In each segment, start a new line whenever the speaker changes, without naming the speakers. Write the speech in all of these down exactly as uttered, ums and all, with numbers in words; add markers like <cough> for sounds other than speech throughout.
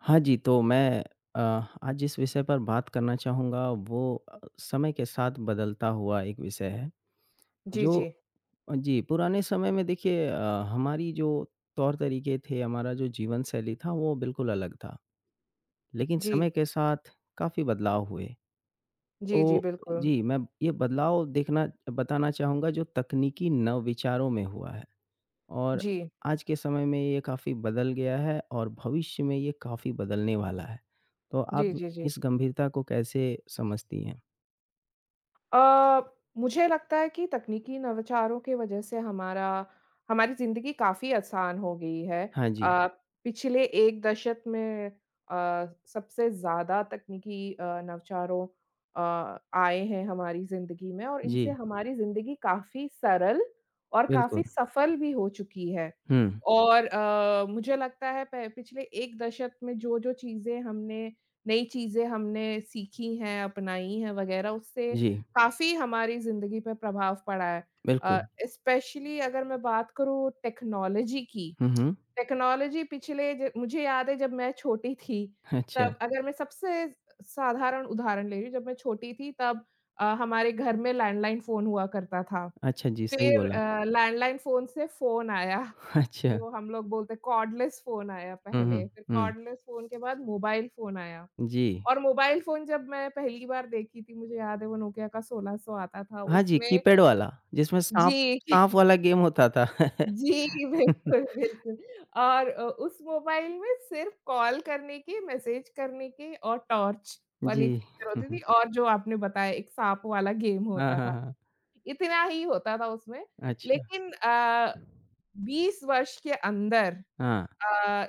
हाँ जी, तो मैं अ, आज जिस विषय पर बात करना चाहूँगा वो अ, समय के साथ बदलता हुआ एक विषय है।
जी,
जो
जी।
अ, जी, पुराने समय में देखिए अ, हमारी जो तौर-तरीके थे, हमारा जो जीवन शैली था वो बिल्कुल अलग था। लेकिन
जी।
समय के साथ काफ़ी बदलाव हुए।
जी, जी,
तो
बिल्कुल।
जी, मैं ये बदलाव देखना बताना चाहूँगा जो तकनीकी नव विचारों में हुआ है। और
जी।
आज के समय में ये काफ़ी बदल गया है और भविष्य में ये काफ़ी बदलने वाला है। तो
जी,
आप
जी, जी।
इस गंभीरता को कैसे समझती हैं?
अ, मुझे लगता है कि तकनीकी नवाचारों की वजह से हमारा हमारी ज़िंदगी काफ़ी आसान हो गई है।
हाँ जी।
अ, पिछले एक दशक में अ, सबसे ज़्यादा तकनीकी अ, नवाचारों अ, आए हैं हमारी ज़िंदगी में और इनसे
जी,
हमारी ज़िंदगी काफ़ी सरल और काफ़ी
बिल्कुल।
सफल भी हो चुकी है।
हुँ।
और अ, मुझे लगता है प पिछले एक दशक में जो-जो चीज़ें हमने नई चीज़ें हमने सीखी हैं, अपनाई हैं वग़ैरह उससे
जी,
काफ़ी हमारी ज़िंदगी पे प्रभाव पड़ा है।
बिल्कुल।
अ, स्पेशली अगर मैं बात करूँ टेक्नोलॉजी की,
हुँ, हुँ।
टेक्नोलॉजी पिछले ज मुझे याद है जब मैं छोटी थी,
अच्छा।
तब अगर मैं सबसे साधारण उदाहरण ले रही हूँ, जब मैं छोटी थी तब अ, हमारे घर में लैंडलाइन फ़ोन हुआ करता था।
अच्छा जी, सही
फिर
बोला।
अ, लैंडलाइन फ़ोन से फ़ोन आया,
अच्छा।
जो हम लोग बोलते हैं कॉर्डलेस फ़ोन आया
हुँ,
पहले,
हुँ,
फिर
हुँ।
कॉर्डलेस फ़ोन के बाद मोबाइल फ़ोन आया।
जी।
और मोबाइल फ़ोन जब मैं पहली बार देखी थी, मुझे याद है वो नोकिया का सोलह सौ आता था
हाँ जी,
उसमें।
कीपैड वाला जिसमें साँप
जी,
साँप
<laughs>
वाला गेम होता था।
जी, बिल्कुल,
<laughs>
बिल्कुल। और अ, उस मोबाइल में सिर्फ़ कॉल करने की, मैसेज करने की और टॉर्च
जी।
वाली एक फ़ीचर होती थी और जो आपने बताया एक साँप वाला गेम
हाँ,
होता
हाँ,
था।
हाँ।
इतना ही होता था उसमें,
अच्छा।
लेकिन अ, बीस वर्ष के अंदर
हाँ।
अ,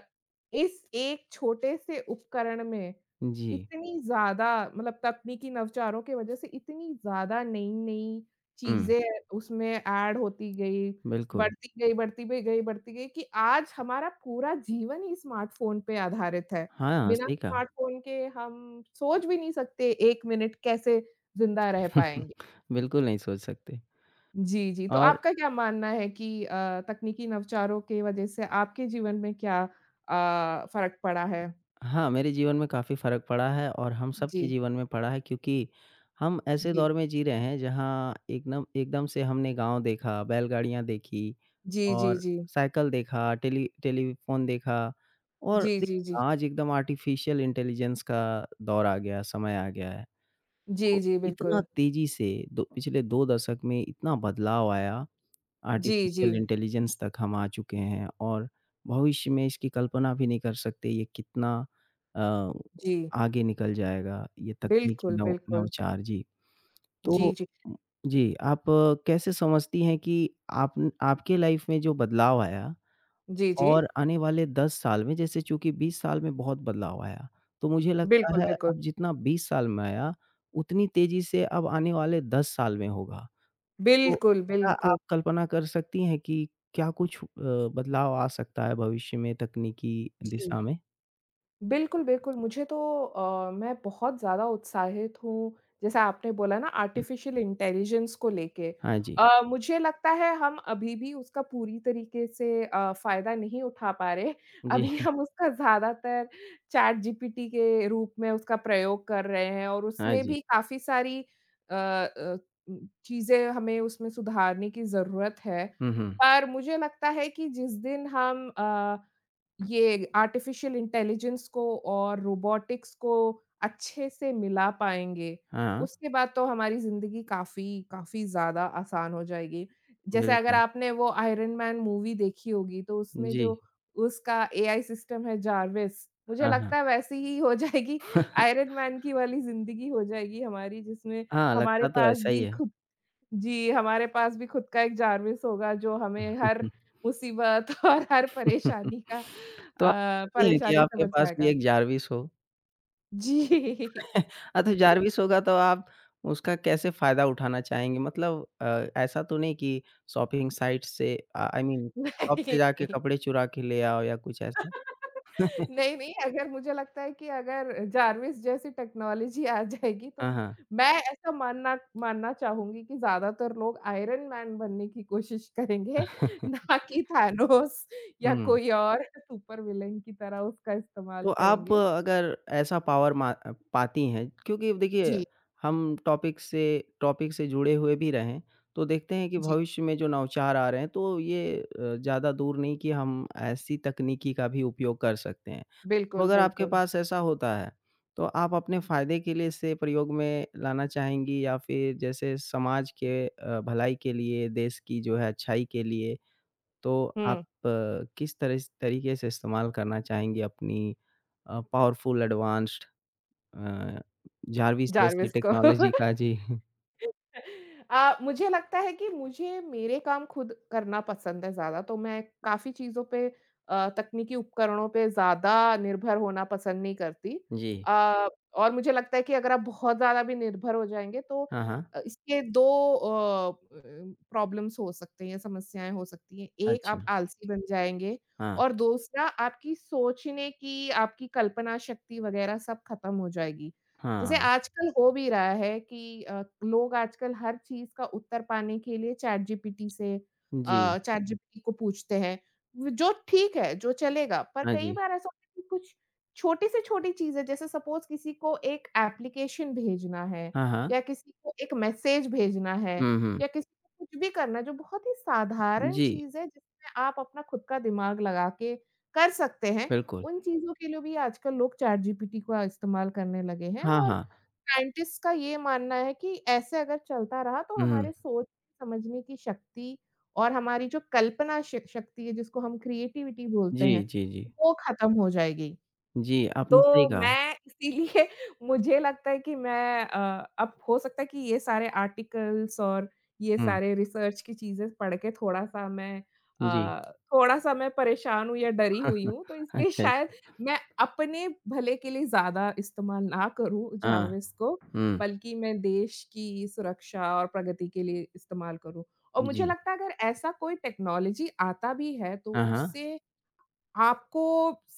इस एक छोटे से उपकरण में
जी।
इतनी ज़्यादा मतलब तकनीकी नवचारों की वजह से इतनी ज़्यादा नई-नई
हुँ,
चीज़ें उसमें ऐड होती गई,
बिल्कुल।
बढ़ती गई, बढ़ती भी गई, बढ़ती गई कि आज हमारा पूरा जीवन ही स्मार्टफ़ोन पे आधारित है।
हाँ,
बिना
सही कहा।
स्मार्टफ़ोन के हम सोच भी नहीं सकते एक मिनट कैसे ज़िंदा रह
<laughs>
पाएँ।
बिल्कुल नहीं सोच सकते।
जी, जी। तो
और
आपका क्या मानना है कि अ, तकनीकी नवचारों के वजह से आपके जीवन में क्या अ, फ़र्क पड़ा है?
हाँ, मेरे जीवन में काफ़ी फ़र्क पड़ा है और हम
जी,
सबके जीवन में पड़ा है क्योंकि हम ऐसे
जी।
दौर में जी रहे हैं जहाँ एकदम एकदम से हमने गाँव देखा, बैलगाड़ियाँ देखी
जी, जी,
और
जी।
साइकिल देखा, टेली टेलीफ़ोन देखा और
जी,
दे
जी, जी।
आज एकदम आर्टिफ़िशियल इंटेलिजेंस का दौर आ गया, समय आ गया है।
जी,
तो
जी,
इतना
बिल्कुल।
तेज़ी से दो पिछले दो दशक में इतना बदलाव आया,
जी, जी,
आर्टिफ़िशियल इंटेलिजेंस तक हम आ चुके हैं और भविष्य में इसकी कल्पना भी नहीं कर सकते ये कितना अ,
जी।
आगे निकल जाएगा ये तकनीकी
बिल्कुल,
नव
बिल्कुल।
नवचार। जी, तो
जी, जी।
उम, जी, आप अ, कैसे समझती हैं कि आप आपके लाइफ़ में जो बदलाव आया
जी, जी।
और आने वाले दस साल में जैसे, चूँकि बीस साल में बहुत बदलाव आया, तो मुझे लगता
बिल्कुल,
है
बिल्कुल।
अब जितना बीस साल में आया, उतनी तेज़ी से अब आने वाले दस साल में होगा। तो
बिल्कुल,
क्या
बिल्कुल।
आप कल्पना कर सकती हैं कि क्या कुछ अ, बदलाव आ सकता है भविष्य में तकनीकी
जी।
दिशा में?
बिल्कुल, बिल्कुल। मुझे तो, अ, मैं बहुत ज़्यादा उत्साहित हूँ, जैसे आपने बोला ना
हुँ,
आर्टिफ़िशियल इंटेलिजेंस को लेके।
हाँ जी।
अ, मुझे लगता है हम अभी भी उसका पूरी तरीके से अ, फ़ायदा नहीं उठा पा रहे। <laughs>
जी,
अभी हम उसका ज़्यादातर चैटजीपीटी के रूप में उसका प्रयोग कर रहे हैं और
हाँ
उसमें
जी।
भी काफ़ी सारी अ अ, चीज़ें हमें उसमें सुधारने की ज़रूरत है।
हुँ, हुँ।
पर मुझे लगता है कि जिस दिन हम अ ये आर्टिफ़िशियल इंटेलिजेंस को और रोबोटिक्स को अच्छे से मिला पाएँगे,
हाँ,
उसके बाद तो हमारी ज़िंदगी काफ़ी, काफ़ी ज़्यादा आसान हो जाएगी। जैसे अगर
बिल्कुल।
आपने वो आयरन मैन मूवी देखी होगी, तो उसमें
जी,
जो उसका एआई सिस्टम है जार्विस, मुझे
हाँ, हाँ।
लगता है वैसी ही हो जाएगी, आयरन मैन की वाली ज़िंदगी हो जाएगी हमारी, जिसमें
हाँ, लगता
हमारे
तो
पास
ऐसा ही
भी
है।
खुद जी, हमारे पास भी खुद का एक जारविस होगा जो हमें हर मुसीबत <laughs> और हर
<laughs>
परेशानी का
तो आप
अ,
कहती हैं कि
परेशानी से
आपके पास भी
बचाएगा।
एक जारविस हो।
जी। <laughs>
<laughs> हाँ, तो जारविस होगा तो आप उसका कैसे फ़ायदा उठाना चाहेंगे? मतलब अ, ऐसा तो नहीं कि शॉपिंग साइट से अ, आई मीन शॉप
नहीं,
से जाके
नहीं।
कपड़े चुरा के ले आओ या कुछ ऐसा?
नहीं, नहीं, अगर मुझे लगता है कि अगर जारविस जैसी टेक्नोलॉजी आ जाएगी तो
हाँ, हाँ।
मैं ऐसा मानना मानना चाहूँगी कि ज़्यादातर लोग आयरन मैन बनने की कोशिश करेंगे, <laughs>
<laughs>
ना कि थानोस या
हुँ।
कोई और सुपर विलेन की तरह उसका
तो
इस्तेमाल
आप
करेंगे।
अगर ऐसा पावर मा अ, पाती हैं क्योंकि देखिए
जी,
हम टॉपिक से टॉपिक से जुड़े हुए भी रहें, तो देखते हैं कि
जी।
भविष्य में जो नवाचार आ रहे हैं तो ये अ, ज़्यादा दूर नहीं कि हम ऐसी तकनीकी का भी उपयोग कर सकते हैं। तो
बिल्कुल,
अगर आपके
बिल्कुल।
पास ऐसा होता है, तो आप अपने फ़ायदे के लिए इसे प्रयोग में लाना चाहेंगी या फिर जैसे समाज के अ, भलाई के लिए, देश की जो है अच्छाई के लिए, तो आप
हुँ,
अ, किस तरह स तरीके से इस्तेमाल करना चाहेंगे अपनी अ, पावरफुल एडवांस्ड अ, जार्विस जैसी
जार्विस को।
टेक्नोलॉजी
<laughs>
का? जी। <laughs>
अ, मुझे लगता है कि मुझे मेरे काम खुद करना पसंद है ज़्यादा, तो मैं काफ़ी चीज़ों पे अ, तकनीकी उपकरणों पे ज़्यादा निर्भर होना पसंद नहीं करती।
जी।
अ, और मुझे लगता है कि अगर आप बहुत ज़्यादा भी निर्भर हो जाएँगे तो
हाँ, हाँ।
अ, इसके दो अ, प्रॉब्लम्स हो सकते हैं या समस्याएँ हो सकती हैं। एक आप
अच्छा।
आलसी बन जाएँगे
हाँ,
और दूसरा आपकी सोचने की, आपकी कल्पना शक्ति वग़ैरह सब खत्म हो जाएगी। जैसे
हाँ।
आजकल हो भी रहा है कि अ, लोग आजकल हर चीज़ का उत्तर पाने के लिए चैटजीपीटी से
जी।
अ, चैटजीपीटी को पूछते हैं। व जो ठीक है, जो चलेगा, पर
हाँ
कई
जी।
बार ऐसा होता है कि कुछ छोटी से छोटी चीज़ें जैसे सपोज़ किसी को एक एप्लीकेशन भेजना है
हाँ, हाँ।
या किसी को एक मैसेज भेजना है
हुँ, हुँ।
या किसी को कुछ भी करना है, जो बहुत ही साधारण
जी,
चीज़ है जिसमें आप अपना खुद का दिमाग लगा के कर सकते हैं।
बिल्कुल।
उन चीज़ों के लिए भी आजकल लोग चैट जीपीटी का इस्तेमाल करने लगे हैं
हाँ,
और
हाँ।
साइंटिस्ट का ये मानना है कि ऐसे अगर चलता रहा तो
हुँ।
हमारे सोच समझने की शक्ति और हमारी जो कल्पना श शक्ति है जिसको हम क्रिएटिविटी बोलते
जी,
हैं,
जी, जी।
वो ख़त्म हो जाएगी।
जी, आपने सही
तो
कहा।
मैं इसीलिए <laughs> मुझे लगता है कि मैं अ, अब हो सकता है कि ये सारे आर्टिकल्स और ये
हुँ,
सारे रिसर्च की चीज़ें पढ़ के थोड़ा-सा मैं अ,
जी।
थोड़ा-सा मैं परेशान हूँ या डरी हुई हूँ, तो
<laughs>
इसलिए
अच्छा।
शायद मैं अपने भले के लिए ज़्यादा इस्तेमाल ना करूँ
हाँ।
जारविस को,
हुँ,
बल्कि मैं देश की सुरक्षा और प्रगति के लिए इस्तेमाल करूँ। और मुझे
जी।
लगता है अगर ऐसा कोई टेक्नोलॉजी आता भी है, तो
हाँ, हाँ।
उससे आपको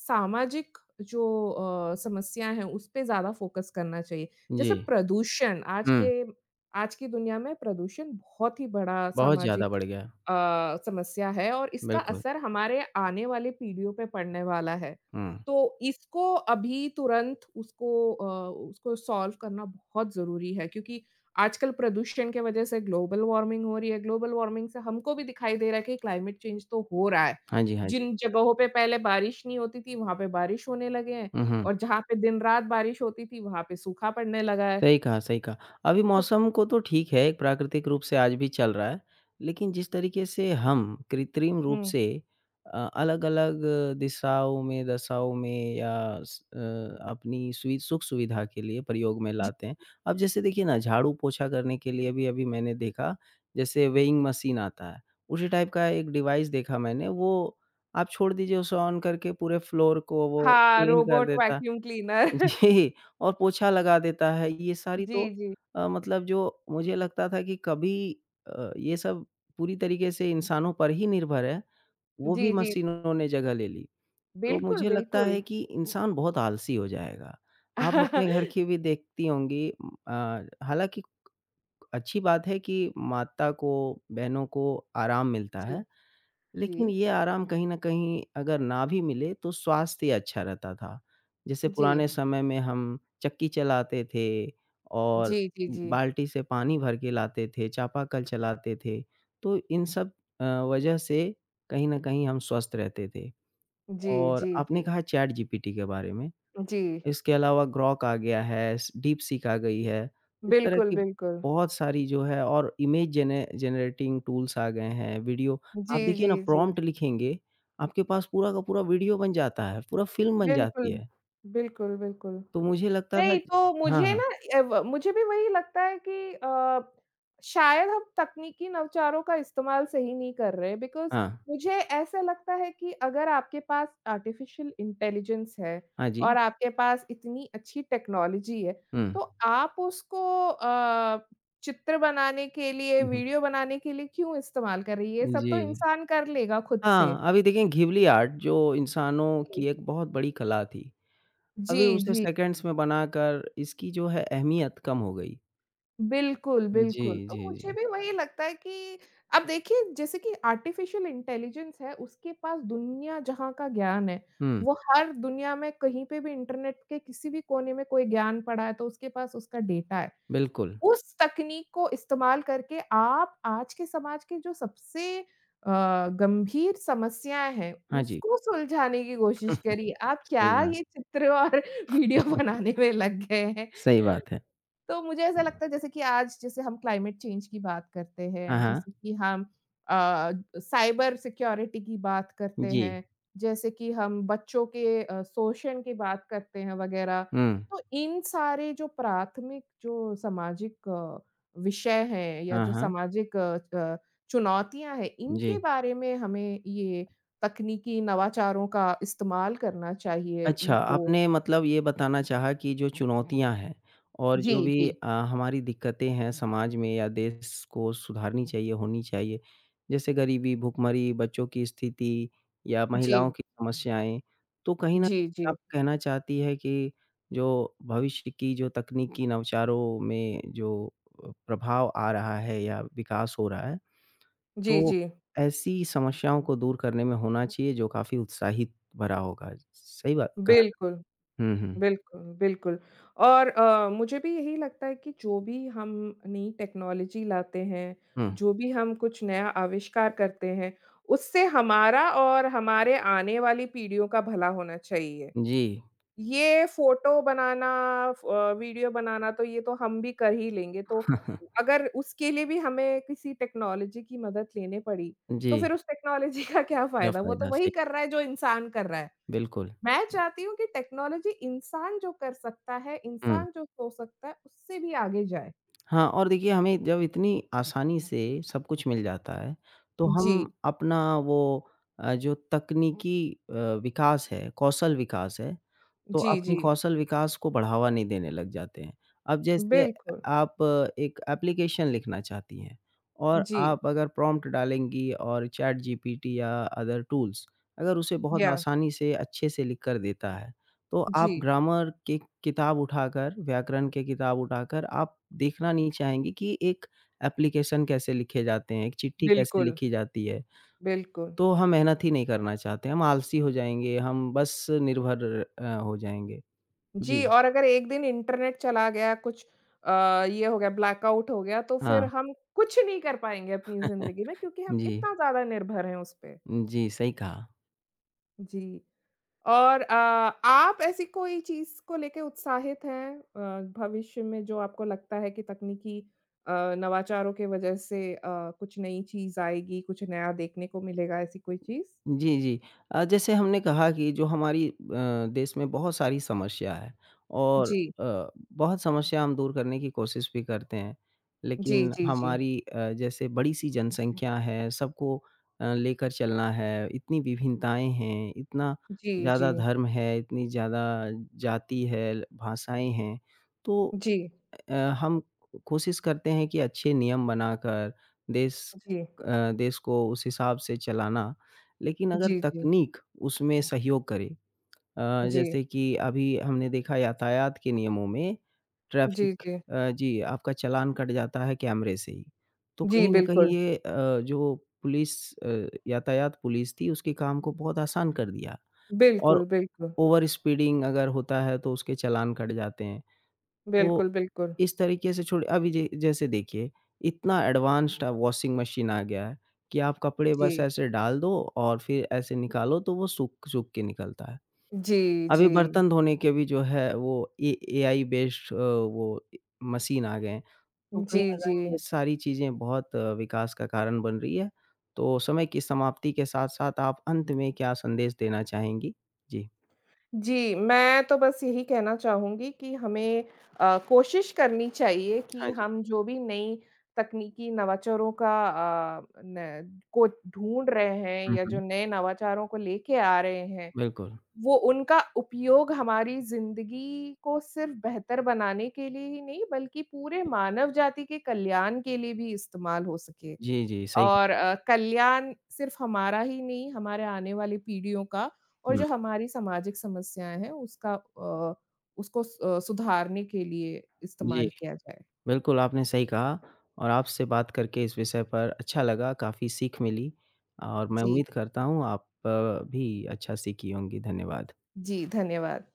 सामाजिक जो अ, समस्या है उस पे ज़्यादा फ़ोकस करना चाहिए।
जी।
जैसे प्रदूषण आज
हुँ,
के आज की दुनिया में प्रदूषण बहुत ही बड़ा
बहुत ज़्यादा
सामाजिक
बढ़ गया।
अ, समस्या है और इसका
बिल्कुल।
असर हमारे आने वाली पीढ़ियों पे पड़ने वाला है।
हुँ।
तो इसको अभी तुरंत उसको अ, उसको सॉल्व करना बहुत ज़रूरी है, क्योंकि आजकल प्रदूषण के वज़ह से ग्लोबल वार्मिंग हो रही है। ग्लोबल वार्मिंग से हमको भी दिखाई दे रहा है कि क्लाइमेट चेंज तो हो रहा है।
हाँ जी, हाँ जी।
जिन जगहों पे पहले बारिश नहीं होती थी, वहाँ पे बारिश होने लगे हैं
हुँ, हुँ।
और जहाँ पे दिन-रात बारिश होती थी, वहाँ पे सूखा पड़ने लगा है।
सही कहा, सही कहा। अभी
तो
मौसम को तो ठीक है, एक प्राकृतिक रूप से आज भी चल रहा है, लेकिन जिस तरीके से हम कृत्रिम रूप
हुँ,
से अ, अलग-अलग दिशाओं में, दशाओं में या स अ, अपनी सुवि सुख-सुविधा के लिए प्रयोग में
जी।
लाते हैं। अब जैसे देखिए ना, झाड़ू-पोछा करने के लिए भी अभी मैंने देखा, जैसे वेइंग मशीन आता है, उसी टाइप का एक डिवाइस देखा मैंने, वो आप छोड़ दीजिए उसे ऑन करके पूरे फ्लोर को वो
हाँ,
क्लीन कर
रोबोट
देता है।
Vacuum cleaner. <laughs>
जी, और पोछा लगा देता है, ये सारी
जी,
तो
जी।
अ, मतलब जो मुझे लगता था कि कभी अ, ये सब पूरी तरीके से इंसानों पर ही निर्भर है, वो भी
जी, जी, जी।
मशीनों ने जगह ले ली। तो
बिल्कुल,
मुझे लगता
बिल्कुल।
है कि इंसान बहुत आलसी हो जाएगा। आप अपने घर की
<laughs>
भी देखती होंगी, उम, अ, हालाँकि अच्छी बात है कि माता को, बहनों को आराम मिलता
जी,
है।
जी।
लेकिन ये आराम कहीं न कहीं अगर ना भी मिले तो स्वास्थ्य अच्छा रहता था। जैसे
जी।
पुराने समय में हम चक्की चलाते थे और
जी, जी, जी।
बाल्टी से पानी भर के लाते थे, चापाकल चलाते थे, तो इन सब अ, वजह से कहीं न कहीं हम स्वस्थ रहते थे।
जी,
और
जी,
आपने
जी।
कहा चैट जीपीटी के बारे में,
जी।
इसके अलावा ग्रॉक आ गया है, स डीपसीक आ गई है। इस तरह
बिल्कुल,
की
बिल्कुल।
बहुत सारी जो है और इमेज जेने जनरेटिंग टूल्स आ गए हैं, वीडियो आप
जी,
देखिए
जी,
ना,
जी।
प्रॉम्प्ट लिखेंगे, आपके पास पूरा का पूरा वीडियो बन जाता है, पूरा फ़िल्म बन जाती
बिल्कुल।
है।
बिल्कुल, बिल्कुल।
तो मुझे लगता था।
नहीं, तो
हाँ,
मुझे
हाँ।
ना ए, व मुझे भी वही लगता है कि अ, शायद हम तकनीकी नवचारों का इस्तेमाल सही नहीं कर रहे, बिकॉज़
हाँ,
मुझे ऐसा लगता है कि अगर आपके पास आर्टिफ़िशियल इंटेलिजेंस है
हाँ जी।
और आपके पास इतनी अच्छी टेक्नोलॉजी है,
हुँ।
तो आप उसको अ, चित्र बनाने के लिए,
हुँ, हुँ।
वीडियो बनाने के लिए क्यों इस्तेमाल कर रही है? ये सब तो
जी।
इंसान कर लेगा खुद से।
हाँ, अभी देखिए घिबली आर्ट जो इंसानों
जी,
की एक बहुत बड़ी कला थी,
जी।
अभी उसे
जी।
सेकंड्स में बनाकर इसकी जो है अहमियत कम हो गई।
बिल्कुल,
जी,
बिल्कुल। तो
जी,
मुझे
जी।
भी वही लगता है कि अब देखिए जैसे कि आर्टिफ़िशियल इंटेलिजेंस है, उसके पास दुनिया जहाँ का ज्ञान है।
हुँ।
वो हर दुनिया में कहीं पे भी इंटरनेट के किसी भी कोने में कोई ज्ञान पड़ा है तो उसके पास उसका डेटा है।
बिल्कुल।
उस तकनीक को इस्तेमाल करके आप आज के समाज के जो सबसे अ, गंभीर समस्याएँ हैं,
हाँ जी,
उसको सुलझाने की कोशिश करिए। आप क्या
सही बात
ये चित्र और <laughs> वीडियो बनाने में लग गए हैं?
सही बात है।
तो मुझे ऐसा लगता है जैसे कि आज जैसे हम क्लाइमेट चेंज की बात करते
हाँ,
हैं,
हाँ।
जैसे कि हम अ, साइबर सिक्योरिटी की बात करते
जी।
हैं, जैसे कि हम बच्चों के अ, शोषण की बात करते हैं वग़ैरह।
हुँ।
तो इन सारे जो प्राथमिक जो सामाजिक अ, विषय हैं या
हाँ,
जो
हाँ।
सामाजिक अ, च चुनौतियाँ हैं, इनके
जी।
बारे में हमें ये तकनीकी नवाचारों का इस्तेमाल करना चाहिए
अच्छा,
इनको।
आपने मतलब ये बताना चाहा कि जो चुनौतियाँ हैं और
जी,
जो भी
जी।
अ, हमारी दिक्कतें हैं समाज में या देश को सुधारनी चाहिए, होनी चाहिए, जैसे गरीबी, भुखमरी, बच्चों की स्थिति या
जी।
महिलाओं की समस्याएँ, तो कहीं न
जी,
कहीं
जी।
आप कहना चाहती है कि जो भविष्य की जो तकनीकी नवचारों में जो अ, प्रभाव आ रहा है या विकास हो रहा है,
जी,
तो
जी।
ऐसी समस्याओं को दूर करने में होना चाहिए, जो काफ़ी उत्साहित भरा होगा। सही बात कहा ना?
बिल्कुल,
हुँ, हुँ,
बिल्कुल, बिल्कुल। और अ, मुझे भी यही लगता है कि जो भी हम नई टेक्नोलॉजी लाते हैं,
हुँ।
जो भी हम कुछ नया आविष्कार करते हैं, उससे हमारा और हमारे आने वाली पीढ़ियों का भला होना चाहिए।
जी।
ये फ़ोटो बनाना, फ अ, वीडियो बनाना तो ये तो हम भी कर ही लेंगे, तो
<laughs>
अगर उसके लिए भी हमें किसी टेक्नोलॉजी की मदद लेनी पड़ी, तो
जी,
फिर उस टेक्नोलॉजी का क्या
क्या
फ़ायदा? वो तो
फ़ायदा?
वही
सही,
कर रहा है जो इंसान कर रहा है।
बिल्कुल।
मैं चाहती हूँ कि टेक्नोलॉजी इंसान जो कर सकता है,
हुँ।
इंसान जो सोच सकता है, उससे भी आगे जाए।
हाँ, और देखिए हमें जब इतनी आसानी से सब कुछ मिल जाता है, तो हम
जी,
अपना वो अ, जो तकनीकी अ, विकास है, कौशल विकास है, तो
जी,
अपनी
जी।
कौशल विकास को बढ़ावा नहीं देने लग जाते हैं। अब जैसे
बिल्कुल,
आप एक एप्लीकेशन लिखना चाहती हैं और
जी,
आप अगर प्रॉम्प्ट डालेंगी और चैट जीपीटी या अदर टूल्स अगर उसे बहुत
या
आसानी से अच्छे से लिख कर देता है, तो
जी,
आप ग्रामर की किताब उठाकर, व्याकरण की किताब उठाकर आप देखना नहीं चाहेंगी कि एक एप्लीकेशन कैसे लिखे जाते हैं, एक चिट्ठी कैसे
बिल्कुल,
लिखी जाती है।
बिल्कुल।
तो हम मेहनत ही नहीं करना चाहते, हम आलसी हो जाएँगे, हम बस निर्भर अ, हो जाएँगे। जी,
जी, और अगर एक दिन इंटरनेट चला गया, कुछ अ, ये हो गया, ब्लैकआउट हो गया, तो फिर
हाँ।
हम कुछ नहीं कर पाएँगे अपनी ज़िंदगी
<laughs>
में, क्योंकि हम
जी,
इतना ज़्यादा निर्भर हैं उस पे।
जी, सही कहा।
जी। और अ, आप ऐसी कोई चीज़ को लेके उत्साहित हैं अ, भविष्य में जो आपको लगता है कि तकनीकी अ, नवाचारों के वजह से अ, कुछ नई चीज़ आएगी, कुछ नया देखने को मिलेगा, ऐसी कोई चीज़?
जी, जी। अ, जैसे हमने कहा कि जो हमारी अ, देश में बहुत सारी समस्या है और
जी।
अ, बहुत समस्या हम दूर करने की कोशिश भी करते हैं।
जी,
लेकिन
जी, जी।
हमारी अ, जैसे बड़ी-सी जनसँख्या है, सबको अ, लेकर चलना है, इतनी विभिन्नताएँ हैं, इतना
जी,
ज़्यादा
जी।
धर्म है, इतनी ज़्यादा जाति है, भाषाएँ हैं, तो
जी,
अ, हम कोशिश करते हैं कि अच्छे नियम बनाकर देश
जी।
अ, देश को उस हिसाब से चलाना। लेकिन अगर
जी, जी।
तकनीक उसमें सहयोग करे, अ,
जी।
जैसे कि अभी हमने देखा यातायात के नियमों में
जी,
ट्रैफ़िक
जी।
अ, जी, आपका चालान कट जाता है कैमरे से ही। तो
जी,
कहीं न कहीं
बिल्कुल।
ये अ, जो पुलिस अ, यातायात पुलिस थी उसके काम को बहुत आसान कर दिया और
बिल्कुल, बिल्कुल।
ओवर स्पीडिंग अगर होता है तो उसके चालान कट जाते हैं। तो
बिल्कुल, बिल्कुल।
इस तरीके से छोड़ अभी जे जैसे देखिए, इतना एडवांस्ड अब वॉशिंग मशीन आ गया है कि आप कपड़े
जी।
बस ऐसे डाल दो और फिर ऐसे निकालो तो वो सूख सूख के निकलता है।
जी,
अभी
जी।
बर्तन धोने के भी जो है वो ए एआई बेस्ड अ, वो ए मशीन आ गए हैं। तो कहीं
जी,
न
जी।
कहीं ये सारी चीज़ें बहुत अ, विकास का कारण बन रही है। तो समय की समाप्ति के साथ-साथ आप अंत में क्या संदेश देना चाहेंगी? जी।
जी, मैं तो बस यही कहना चाहूँगी कि हमें अ, कोशिश करनी चाहिए कि
हाँ जी।
हम जो भी नई तकनीकी नवाचारों का अ, न को ढूँढ रहे हैं
हुँ,
या
हुँ।
जो नए नवाचारों को लेके आ रहे हैं,
बिल्कुल।
वो उनका उपयोग हमारी ज़िंदगी को सिर्फ़ बेहतर बनाने के लिए ही नहीं, बल्कि पूरे मानव जाति के कल्याण के लिए भी इस्तेमाल हो सके।
जी, जी, सही कहा।
और अ, कल्याण सिर्फ हमारा ही नहीं, हमारे आने वाली पीढ़ियों का और
हुँ।
जो हमारी सामाजिक समस्याएँ हैं उसका अ, उसको सु अ, सुधारने के लिए
जी।
इस्तेमाल किया जाए।
बिल्कुल, आपने सही कहा और आपसे बात करके इस विषय पर अच्छा लगा, काफ़ी सीख मिली और मैं
जी,
उम्मीद करता हूँ आप अ, भी अच्छा सीखी होंगी। धन्यवाद।
जी, धन्यवाद।